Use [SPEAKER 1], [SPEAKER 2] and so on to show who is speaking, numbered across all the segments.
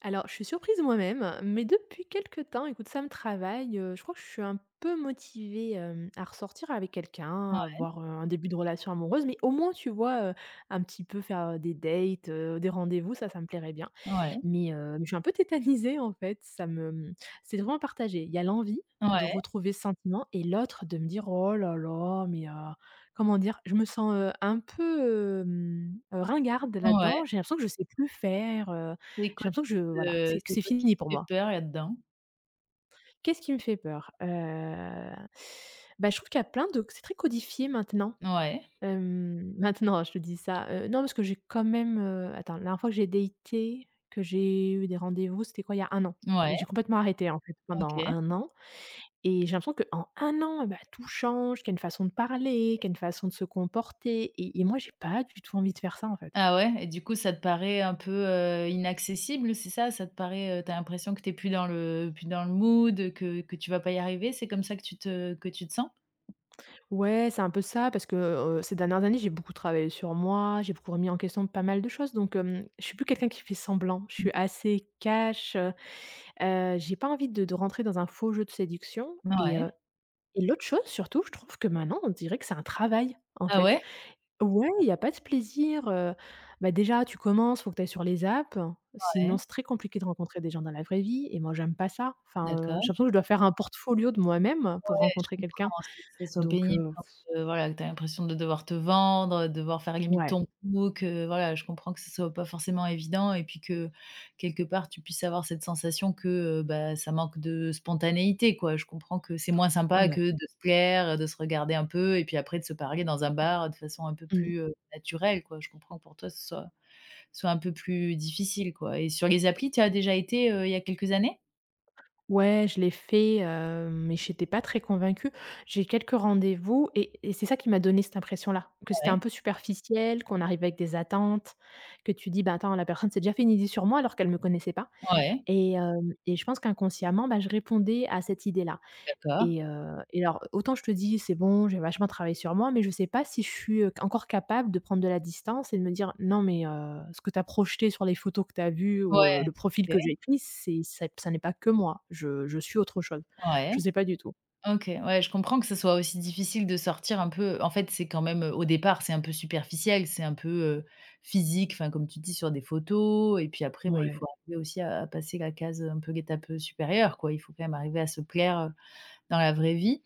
[SPEAKER 1] Alors, je suis surprise moi-même, mais depuis quelque temps, écoute, ça me travaille. Je crois que je suis un peu motivée à ressortir avec quelqu'un, à
[SPEAKER 2] Ouais,
[SPEAKER 1] avoir un début de relation amoureuse, mais au moins, tu vois, un petit peu faire des dates, des rendez-vous, ça me plairait bien.
[SPEAKER 2] ouais,
[SPEAKER 1] Mais je suis un peu tétanisée, en fait. C'est vraiment partagé. Il y a l'envie de
[SPEAKER 2] ouais,
[SPEAKER 1] retrouver ce sentiment et l'autre de me dire oh là là, mais comment dire, je me sens un peu ringarde
[SPEAKER 2] ouais.
[SPEAKER 1] là-dedans. J'ai l'impression que je sais plus faire.
[SPEAKER 2] C'est quoi
[SPEAKER 1] J'ai l'impression que
[SPEAKER 2] qui
[SPEAKER 1] je Voilà,
[SPEAKER 2] te
[SPEAKER 1] c'est que
[SPEAKER 2] c'est
[SPEAKER 1] c'est
[SPEAKER 2] quoi qui
[SPEAKER 1] fini
[SPEAKER 2] te
[SPEAKER 1] pour
[SPEAKER 2] fait
[SPEAKER 1] moi.
[SPEAKER 2] peur là-dedans?
[SPEAKER 1] Qu'est-ce qui me fait peur? Bah, je trouve qu'il y a plein de c'est très codifié maintenant.
[SPEAKER 2] Ouais,
[SPEAKER 1] Maintenant, hein, je te dis ça, non, parce que j'ai quand même, attends, la dernière fois que j'ai daté, que j'ai eu des rendez-vous, c'était quoi? Il y a un an.
[SPEAKER 2] ouais,
[SPEAKER 1] J'ai complètement arrêté, en fait, pendant
[SPEAKER 2] OK.
[SPEAKER 1] un an et j'ai l'impression qu'en un an, bah, tout change, qu'il y a une façon de parler, qu'il y a une façon de se comporter et moi, j'ai pas du tout envie de faire ça, en fait.
[SPEAKER 2] Ah ouais et du coup, ça te paraît un peu, inaccessible, c'est ça? Ça te paraît, tu l'impression que t'es plus dans le mood, que tu vas pas y arriver? C'est comme ça que tu te sens?
[SPEAKER 1] Ouais, c'est un peu ça parce que, ces dernières années, j'ai beaucoup travaillé sur moi, j'ai beaucoup remis en question pas mal de choses, donc je suis plus quelqu'un qui fait semblant. Je suis assez cash. J'ai pas envie de rentrer dans un faux jeu de séduction et heu
[SPEAKER 2] Ouais.
[SPEAKER 1] et l'autre chose surtout, je trouve que maintenant, on dirait que c'est un travail, en
[SPEAKER 2] Ah
[SPEAKER 1] fait.
[SPEAKER 2] ouais?
[SPEAKER 1] Ouais, il y a pas de plaisir. Bah, déjà, tu commences, faut que tu ailles sur les apps, sinon
[SPEAKER 2] Ouais,
[SPEAKER 1] c'est très compliqué de rencontrer des gens dans la vraie vie et moi, j'aime pas ça. Enfin,
[SPEAKER 2] d'accord.
[SPEAKER 1] j'ai l'impression que je dois faire un portfolio de moi-même pour
[SPEAKER 2] Ouais, je
[SPEAKER 1] rencontrer quelqu'un,
[SPEAKER 2] comprends, c'est que ce soit
[SPEAKER 1] donc
[SPEAKER 2] pénible quand, voilà, que tu as l'impression de devoir te vendre, devoir faire limite
[SPEAKER 1] ouais,
[SPEAKER 2] ton book, voilà, je comprends que ce soit pas forcément évident et puis que, quelque part, tu puisses avoir cette sensation que, bah, ça manque de spontanéité, quoi. Je comprends que c'est moins sympa que
[SPEAKER 1] ouais.
[SPEAKER 2] de se plaire, de se regarder un peu et puis après de se parler dans un bar de façon un peu
[SPEAKER 1] Mmh.
[SPEAKER 2] plus, naturelle, quoi. Je comprends que pour toi, ce soit un peu plus difficile, quoi et sur les applis, tu as déjà été, il y a quelques années?
[SPEAKER 1] Ouais, je l'ai fait, mais j'étais pas très convaincue. J'ai eu quelques rendez-vous et c'est ça qui m'a donné cette impression-là, que c'était un
[SPEAKER 2] Ouais,
[SPEAKER 1] peu superficiel, qu'on arrivait avec des attentes, que tu dis: «Bah, attends, la personne s'est déjà fait une idée sur moi alors qu'elle me connaissait pas»
[SPEAKER 2] ouais,
[SPEAKER 1] et je pense qu'inconsciemment, bah, je répondais à cette idée-là.
[SPEAKER 2] d'accord.
[SPEAKER 1] Et alors, autant je te dis: «C'est bon, j'ai vachement travaillé sur moi», mais je sais pas si je suis encore capable de prendre de la distance et de me dire: «Non, mais ce que tu as projeté sur les photos que tu as vues ou
[SPEAKER 2] Ouais,
[SPEAKER 1] le profil
[SPEAKER 2] OK,
[SPEAKER 1] que j'ai pris, c'est ça, ça n'est pas que moi. Je suis autre chose».
[SPEAKER 2] ouais.
[SPEAKER 1] Je sais pas du tout.
[SPEAKER 2] OK, ouais, je comprends que ce soit aussi difficile de sortir un peu en fait, c'est quand même, au départ, c'est un peu superficiel, c'est un peu, physique, enfin, comme tu dis, sur des photos et puis après, bah, il faut
[SPEAKER 1] Ouais,
[SPEAKER 2] arriver aussi à passer la case, un peu l'étape, supérieure, quoi. Il faut quand même arriver à se plaire, dans la vraie vie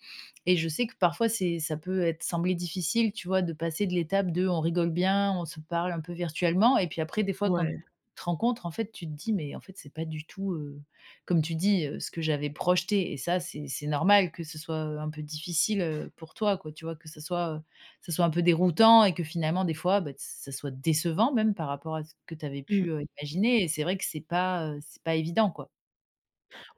[SPEAKER 2] et je sais que parfois c'est ça peut être sembler difficile, tu vois, de passer de l'étape de on rigole bien, on se parle un peu virtuellement et puis après des fois quand tu
[SPEAKER 1] ouais.
[SPEAKER 2] te rencontres, en fait, tu te dis: «Mais en fait, c'est pas du tout, comme tu dis, ce que j'avais projeté» et ça, c'est normal que ce soit, un peu difficile, pour toi, quoi, tu vois? Que ça soit un peu déroutant et que finalement des fois, bah, ça soit décevant même par rapport à ce que tu avais
[SPEAKER 1] Mmh.
[SPEAKER 2] pu, imaginer et c'est vrai que c'est pas évident, quoi.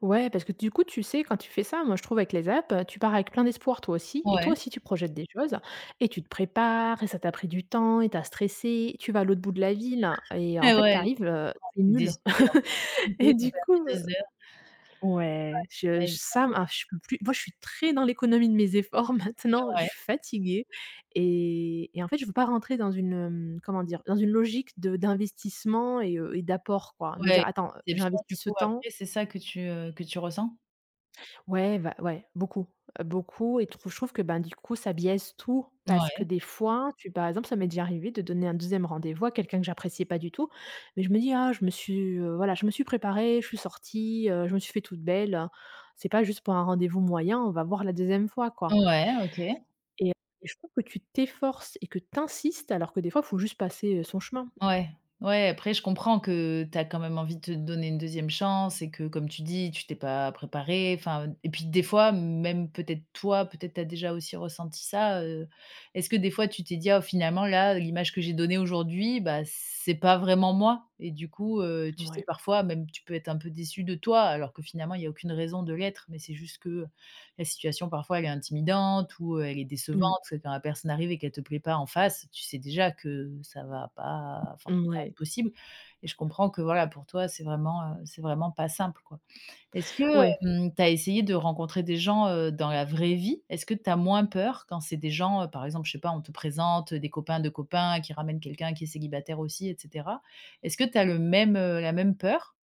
[SPEAKER 1] Ouais, parce que du coup, tu sais, quand tu fais ça, moi je trouve avec les apps, tu pars avec plein d'espoir, toi aussi, et toi
[SPEAKER 2] Ouais,
[SPEAKER 1] aussi tu projettes des choses et tu te prépares et ça t'a pris du temps et t'as stressé, tu vas à l'autre bout de la ville et en
[SPEAKER 2] ouais,
[SPEAKER 1] fait
[SPEAKER 2] ouais.
[SPEAKER 1] t'arrives, c'est
[SPEAKER 2] Tu
[SPEAKER 1] nul
[SPEAKER 2] es en fait, tu es
[SPEAKER 1] et
[SPEAKER 2] dégoûté, tu as
[SPEAKER 1] du coup,
[SPEAKER 2] perdu
[SPEAKER 1] heu
[SPEAKER 2] 2 heures,
[SPEAKER 1] ouais, je
[SPEAKER 2] ouais,
[SPEAKER 1] ça m'a, je peux plus, moi je suis très dans l'économie de mes efforts maintenant, je
[SPEAKER 2] ouais,
[SPEAKER 1] suis fatiguée et en fait je veux pas rentrer dans une, comment dire? Dans une logique de d'investissement et d'apport, quoi. De me
[SPEAKER 2] ouais,
[SPEAKER 1] dire: «Attends,
[SPEAKER 2] déception du
[SPEAKER 1] j'investis ce
[SPEAKER 2] coup
[SPEAKER 1] temps».
[SPEAKER 2] après, c'est ça que tu ressens?
[SPEAKER 1] Ouais, bah, ouais, beaucoup, beaucoup, et trou je trouve que, ben, du coup, ça biaise tout parce que
[SPEAKER 2] Ouais,
[SPEAKER 1] des fois, tu par exemple, ça m'est déjà arrivé de donner un deuxième rendez-vous à quelqu'un que j'appréciais pas du tout, mais je me dis: «Ah, je me suis, voilà, je me suis préparée, je suis sortie, je me suis fait toute belle, c'est pas juste pour un rendez-vous moyen, on va voir la deuxième fois, quoi»
[SPEAKER 2] ouais, OK.
[SPEAKER 1] et heu et je trouve que tu t'efforces et que t'insistes alors que des fois, il faut juste passer, son chemin.
[SPEAKER 2] Ouais, ouais, après je comprends que tu as quand même envie de te donner une deuxième chance et que comme tu dis, tu t'es pas préparé. Enfin et puis des fois, même peut-être toi, peut-être tu as déjà aussi ressenti ça, est-ce que des fois tu t'es dit: «Ah finalement là, l'image que j'ai donnée aujourd'hui, bah, c'est pas vraiment moi» et du coup, tu sais
[SPEAKER 1] Ouais.
[SPEAKER 2] parfois même tu peux être un peu déçu de toi alors que finalement il y a aucune raison de l'être, mais c'est juste que la situation parfois elle est intimidante ou, elle est décevante,
[SPEAKER 1] Mmh.
[SPEAKER 2] parce que quand la personne arrive et qu'elle te plaît pas en face, tu sais déjà que ça va pas forcément être
[SPEAKER 1] Mouais.
[SPEAKER 2] possible et je comprends que voilà, pour toi, c'est vraiment pas simple, quoi. Est-ce que,
[SPEAKER 1] Ouais.
[SPEAKER 2] tu as essayé de rencontrer des gens, dans la vraie vie? Est-ce que tu as moins peur quand c'est des gens, par exemple, je sais pas, on te présente, des copains de copains qui ramènent quelqu'un qui est célibataire aussi et cetera? Est-ce que tu as le même, la même peur?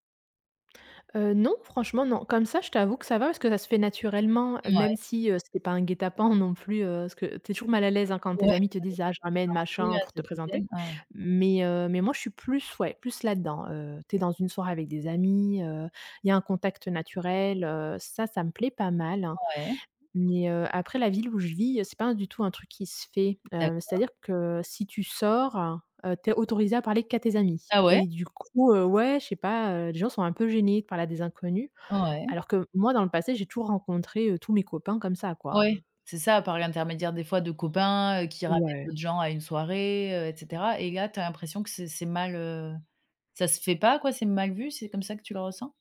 [SPEAKER 1] Non, franchement, non. Comme ça, je t'avoue que ça va parce que ça se fait naturellement,
[SPEAKER 2] Mouais,
[SPEAKER 1] même si, c'était pas un guet-apens non plus, parce que tu es toujours mal à l'aise, hein, quand
[SPEAKER 2] ouais,
[SPEAKER 1] tes amis te
[SPEAKER 2] dans les
[SPEAKER 1] disent: «Ah,
[SPEAKER 2] trucs
[SPEAKER 1] je
[SPEAKER 2] un peu
[SPEAKER 1] ramène
[SPEAKER 2] arrangés là,
[SPEAKER 1] machin pour
[SPEAKER 2] ça
[SPEAKER 1] te
[SPEAKER 2] te
[SPEAKER 1] présenter».
[SPEAKER 2] gêne? Ouais,
[SPEAKER 1] Mais moi, je suis plus, ouais, plus là-dedans, tu es dans une soirée avec des amis, il y a un contact naturel, ça, ça me plaît pas mal, hein.
[SPEAKER 2] ouais,
[SPEAKER 1] Mais, après, la ville où je vis, c'est pas du tout un truc qui se fait.
[SPEAKER 2] d'acc.
[SPEAKER 1] C'est-à-dire que si tu sors, tu autorisé à parler qu'à tes amis
[SPEAKER 2] Ah ouais?
[SPEAKER 1] et du coup, ouais, je sais pas, les gens sont un peu gênés de parler à des inconnus.
[SPEAKER 2] Ouais,
[SPEAKER 1] Alors que moi, dans le passé, j'ai toujours rencontré tous mes copains comme ça, quoi.
[SPEAKER 2] ouais, c'est ça, par l'intermédiaire des fois de copains, qui ramènent
[SPEAKER 1] Ouais,
[SPEAKER 2] d'autres gens à une soirée, et cetera et là, tu as l'impression que c'est mal, ça se fait pas quoi? C'est mal vu? C'est comme ça que tu le ressens?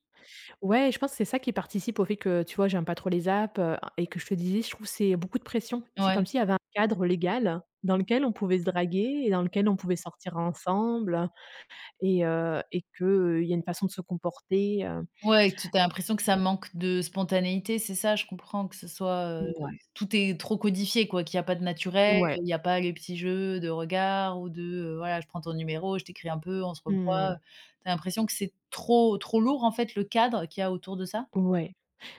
[SPEAKER 1] ouais, je pense que c'est ça qui participe au fait que, tu vois, j'aime pas trop les apps, et que je te disais, je trouve que c'est beaucoup de pression. C'est
[SPEAKER 2] Ouais,
[SPEAKER 1] comme s'il y avait un cadre légal dans lequel on pouvait se draguer et dans lequel on pouvait sortir ensemble. Et que, il y a une façon de se comporter.
[SPEAKER 2] ouais, tu as l'impression que ça manque de spontanéité, c'est ça? Je comprends que ce soit,
[SPEAKER 1] Mouais.
[SPEAKER 2] tout est trop codifié quoi, qu'il y a pas de naturel,
[SPEAKER 1] Ouais,
[SPEAKER 2] il y a pas les petits jeux de regard ou de, voilà, je prends ton numéro, je t'écris un peu, on se
[SPEAKER 1] mmh,
[SPEAKER 2] revoit. Tu as l'impression que c'est trop lourd en fait, le cadre qu'il y a autour de ça?
[SPEAKER 1] ouais.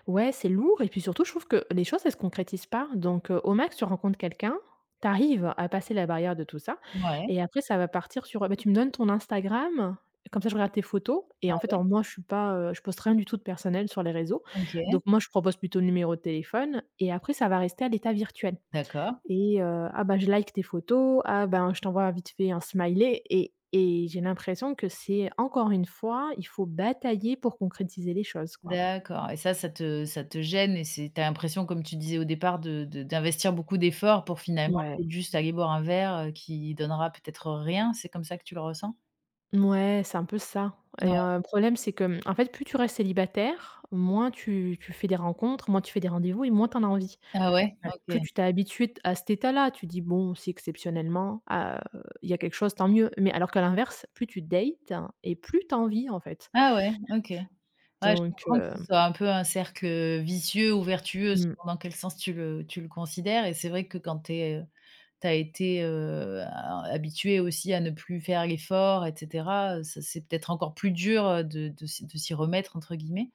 [SPEAKER 1] Ouais, c'est lourd et puis surtout, je trouve que les choses, elles se concrétisent pas. Donc, au max, tu rencontres quelqu'un, tu arrives à passer la barrière de tout ça
[SPEAKER 2] Ouais,
[SPEAKER 1] et après ça va partir sur, «Bah, tu me donnes ton Instagram, comme ça je regarde tes photos»,
[SPEAKER 2] ah
[SPEAKER 1] et en fait,
[SPEAKER 2] ouais,
[SPEAKER 1] alors moi, je suis pas, je poste rien du tout de personnel sur les réseaux. Donc
[SPEAKER 2] OK,
[SPEAKER 1] moi, je propose plutôt le numéro de téléphone et après ça va rester à l'état virtuel.
[SPEAKER 2] d'accord.
[SPEAKER 1] Ah bah, je like tes photos, ah ben, je t'envoie vite fait un smiley, et j'ai l'impression que c'est encore une fois, il faut batailler pour concrétiser les choses, quoi.
[SPEAKER 2] D'accord et ça te gêne et c'est t'as l'impression, comme tu disais au départ, de d'investir beaucoup d'efforts pour finalement
[SPEAKER 1] Ouais.
[SPEAKER 2] peut-être juste aller boire un verre, qui donnera peut-être rien? C'est comme ça que tu le ressens?
[SPEAKER 1] Ouais, c'est un peu ça.
[SPEAKER 2] Ouais.
[SPEAKER 1] Le problème, c'est que, en fait, plus tu restes célibataire, moins tu fais des rencontres, moins tu fais des rendez-vous et moins t'en as envie.
[SPEAKER 2] Ah ouais?
[SPEAKER 1] Ouais. Plus
[SPEAKER 2] OK.
[SPEAKER 1] tu t'es habitué t à cet état-là, tu dis: «Bon, si exceptionnellement, ah, il y a quelque chose, tant mieux». Mais alors qu'à l'inverse, plus tu dates, hein, et plus t'as envie, en fait.
[SPEAKER 2] Ah ouais, OK. Ouais, je
[SPEAKER 1] Donc
[SPEAKER 2] comprends que ce
[SPEAKER 1] heu,
[SPEAKER 2] soit un peu un cercle, vicieux ou vertueux
[SPEAKER 1] mmh,
[SPEAKER 2] selon dans quel sens tu le considères et c'est vrai que quand tu es, tu as été, a habitué aussi à ne plus faire l'effort et cetera, ça c'est peut-être encore plus dur, de s'y «remettre» entre guillemets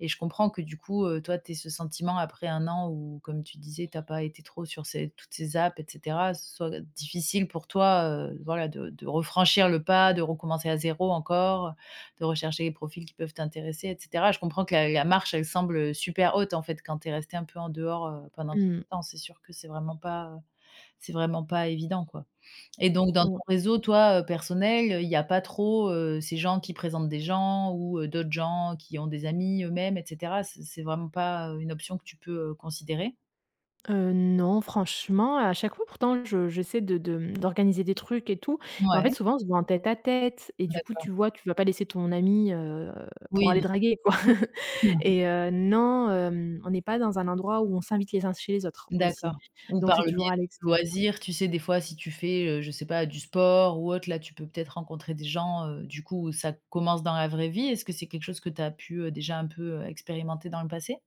[SPEAKER 2] et je comprends que du coup, toi tu ce sentiment après un an où, comme tu disais, tu pas été trop sur ces toutes ces apps et cetera, ce soit difficile pour toi, voilà de refranchir le pas, de recommencer à zéro encore, de rechercher les profils qui peuvent t'intéresser et cetera. Je comprends que la marche elle semble, super haute en fait quand tu es resté un peu en dehors, pendant tout
[SPEAKER 1] mmh.
[SPEAKER 2] ce temps. C'est sûr que c'est vraiment pas évident, quoi et donc dans ton réseau, toi, personnel, il y a pas trop, ces gens qui présentent des gens ou, d'autres gens qui ont des amis eux-mêmes et cetera? C'est vraiment pas, une option que tu peux, considérer?
[SPEAKER 1] Non, franchement, à chaque fois pourtant je j'essaie d'organiser des trucs et tout, mais en fait
[SPEAKER 2] Ouais,
[SPEAKER 1] souvent on se voit en tête à tête et du coup
[SPEAKER 2] d'accord.
[SPEAKER 1] tu vois, tu vas pas laisser ton ami, pour
[SPEAKER 2] Oui,
[SPEAKER 1] aller
[SPEAKER 2] non,
[SPEAKER 1] draguer, quoi
[SPEAKER 2] c'est sûr.
[SPEAKER 1] Non, on n'est pas dans un endroit où on s'invite les uns chez les autres aussi,
[SPEAKER 2] D'accord. Ou
[SPEAKER 1] donc
[SPEAKER 2] par
[SPEAKER 1] c'est
[SPEAKER 2] le biais
[SPEAKER 1] toujours
[SPEAKER 2] de
[SPEAKER 1] à l'extérieur.
[SPEAKER 2] loisirs, tu sais, des fois, si tu fais, je sais pas, du sport ou autre, là, tu peux peut-être rencontrer des gens, du coup, où ça commence dans la vraie vie. Est-ce que c'est quelque chose que tu as pu, déjà un peu, expérimenter dans le passé?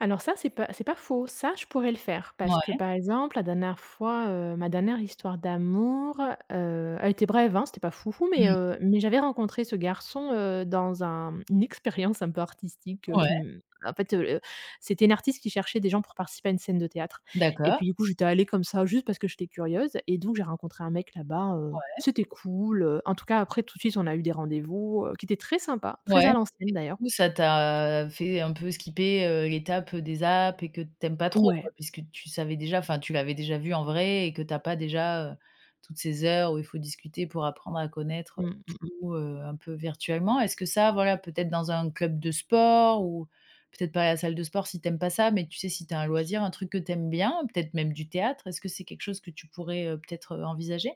[SPEAKER 1] Alors ça, c'est pas faux. Ça, je pourrais le faire parce que,
[SPEAKER 2] Ouais.
[SPEAKER 1] par exemple, la dernière fois, ma dernière histoire d'amour, elle était brève, hein, c'était pas foufou, mais
[SPEAKER 2] Mmh.
[SPEAKER 1] heu, mais j'avais rencontré ce garçon, dans un une expérience un peu artistique,
[SPEAKER 2] Ouais,
[SPEAKER 1] qui me en fait, c'était une artiste qui cherchait des gens pour participer à une scène de théâtre et
[SPEAKER 2] d'accord.
[SPEAKER 1] puis, du coup, j'étais allée comme ça juste parce que j'étais curieuse et donc j'ai rencontré un mec là-bas,
[SPEAKER 2] Ouais.
[SPEAKER 1] c'était cool, en tout cas, après, tout de suite, on a eu des rendez-vous, qui étaient très sympas, très
[SPEAKER 2] Ouais.
[SPEAKER 1] à l'ancienne d'ailleurs.
[SPEAKER 2] Coup, ça t'a fait un peu skipper, l'étape, des apps et que t'aimes pas trop,
[SPEAKER 1] Ouais.
[SPEAKER 2] quoi, puisque tu savais déjà enfin, tu l'avais déjà vu en vrai et que t'as pas déjà, toutes ces heures où il faut discuter pour apprendre à connaître,
[SPEAKER 1] Mmh.
[SPEAKER 2] tout, un peu virtuellement. Est-ce que ça, voilà, peut-être dans un club de sport ou peut-être pas à la salle de sport si t'aimes pas ça, mais tu sais, si t'as un loisir, un truc que t'aimes bien, peut-être même du théâtre, est-ce que c'est quelque chose que tu pourrais, peut-être, envisager?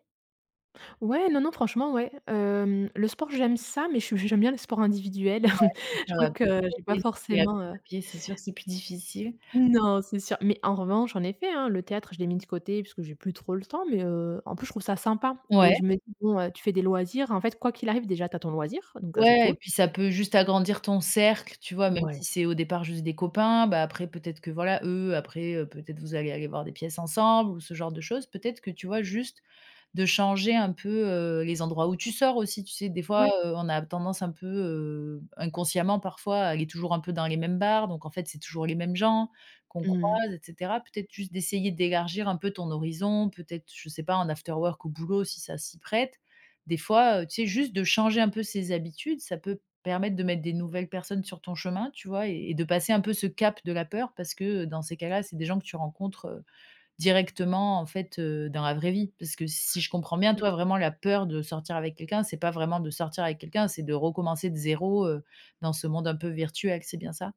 [SPEAKER 1] Ouais, non, non, franchement, ouais. Le sport, j'aime ça, mais je suis j'aime bien les sports individuels.
[SPEAKER 2] Ouais,
[SPEAKER 1] Je
[SPEAKER 2] ça
[SPEAKER 1] crois
[SPEAKER 2] va peut-être
[SPEAKER 1] que j'ai pas
[SPEAKER 2] aider si c'est la
[SPEAKER 1] forcément.
[SPEAKER 2] course à pied, c'est sûr que c'est plus difficile.
[SPEAKER 1] Non, c'est sûr. Mais en revanche, en effet, hein, le théâtre, je l'ai mis de côté parce que j'ai plus trop le temps, mais en plus, je trouve ça sympa et
[SPEAKER 2] Ouais.
[SPEAKER 1] je me dis: «Bon, tu fais des loisirs». En fait, quoi qu'il arrive, déjà, tu as ton loisir, donc ça, c'est
[SPEAKER 2] Ouais et
[SPEAKER 1] cool.
[SPEAKER 2] puis ça peut juste agrandir ton cercle, tu vois? Même
[SPEAKER 1] Ouais.
[SPEAKER 2] si c'est au départ juste des copains, bah, après peut-être que voilà, eux, après, peut-être vous allez aller voir des pièces ensemble ou ce genre de choses. Peut-être que, tu vois, juste de changer un peu, les endroits où tu sors aussi. Tu sais, des fois,
[SPEAKER 1] Ouais.
[SPEAKER 2] on a tendance un peu, inconsciemment parfois, à aller toujours un peu dans les mêmes bars, donc en fait, c'est toujours les mêmes gens qu'on
[SPEAKER 1] Mmh.
[SPEAKER 2] croise et cetera. Peut-être juste d'essayer d'élargir un peu ton horizon, peut-être, je sais pas, en after work au boulot si ça s'y prête. Des fois, tu sais, juste de changer un peu ses habitudes, ça peut permettre de mettre des nouvelles personnes sur ton chemin, tu vois? Et de passer un peu ce cap de la peur parce que, dans ces cas-là, c'est des gens que tu rencontres, directement, en fait, dans la vraie vie. Parce que si je comprends bien, toi, vraiment la peur de sortir avec quelqu'un, c'est pas vraiment de sortir avec quelqu'un, c'est de recommencer de zéro dans ce monde un peu virtuel, c'est bien ça?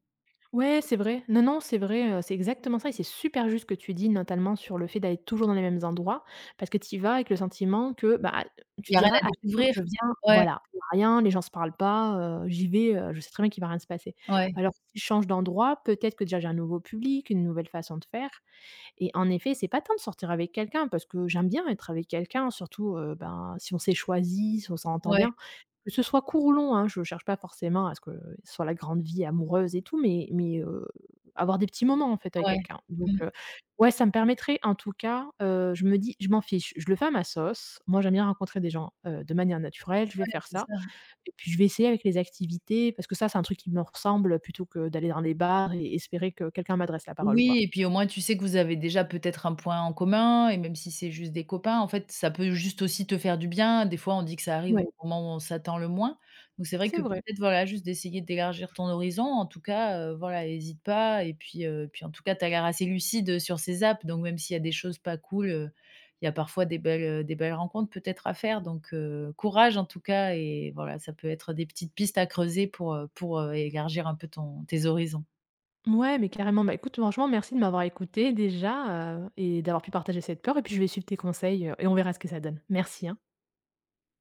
[SPEAKER 1] Ouais, c'est vrai. Non, non, c'est vrai, c'est exactement ça et c'est super juste ce que tu dis, notamment sur le fait d'aller toujours dans les mêmes endroits. Parce que tu y vas avec le sentiment que, bah,
[SPEAKER 2] Il
[SPEAKER 1] tu
[SPEAKER 2] y
[SPEAKER 1] te
[SPEAKER 2] a rien
[SPEAKER 1] diras:
[SPEAKER 2] à
[SPEAKER 1] «À chaque fois que
[SPEAKER 2] découvrir?
[SPEAKER 1] je viens,
[SPEAKER 2] Ouais,
[SPEAKER 1] voilà, il y a rien, les gens ne se parlent pas, j'y vais, je sais très bien qu'il ne va rien se passer».
[SPEAKER 2] ouais,
[SPEAKER 1] Alors si je change d'endroit, peut-être que déjà j'ai un nouveau public, une nouvelle façon de faire, et en effet, c'est pas tant de sortir avec quelqu'un parce que j'aime bien être avec quelqu'un, surtout, ben, si on s'est choisi, si on s'entend
[SPEAKER 2] ouais,
[SPEAKER 1] bien. Que ce soit court ou long, hein, je cherche pas forcément à ce que ce soit la grande vie amoureuse et tout, mais avoir des petits moments, en fait, avec
[SPEAKER 2] ouais.
[SPEAKER 1] quelqu'un. Donc,
[SPEAKER 2] Mmh,
[SPEAKER 1] ouais, ça me permettrait, en tout cas, je me dis: «Je m'en fiche, je le fais à ma sauce». Moi, j'aime bien rencontrer des gens de manière naturelle, je vais
[SPEAKER 2] ouais,
[SPEAKER 1] faire
[SPEAKER 2] c'est
[SPEAKER 1] ça
[SPEAKER 2] ça.
[SPEAKER 1] et puis je vais essayer avec les activités parce que ça, c'est un truc qui me ressemble, plutôt que d'aller dans des bars et espérer que quelqu'un m'adresse la parole,
[SPEAKER 2] Oui
[SPEAKER 1] quoi.
[SPEAKER 2] et puis au moins tu sais que vous avez déjà peut-être un point en commun et même si c'est juste des copains, en fait, ça peut juste aussi te faire du bien. Des fois, on dit que ça arrive
[SPEAKER 1] Ouais,
[SPEAKER 2] au moment où on s'attend le moins. Donc c'est vrai que
[SPEAKER 1] c'est vrai.
[SPEAKER 2] peut-être, voilà, juste d'essayer d'élargir ton horizon. En tout cas, voilà, hésite pas et puis, puis en tout cas, tu as l'air assez lucide sur ces apps. Donc même s'il y a des choses pas cool, il y a parfois des belles rencontres peut-être à faire. Donc, courage en tout cas et voilà, ça peut être des petites pistes à creuser pour, élargir un peu ton tes horizons.
[SPEAKER 1] Ouais, mais carrément. Bah, écoute, franchement, merci de m'avoir écouté déjà, et d'avoir pu partager cette peur, et puis je vais suivre tes conseils, et on verra ce que ça donne. Merci, hein.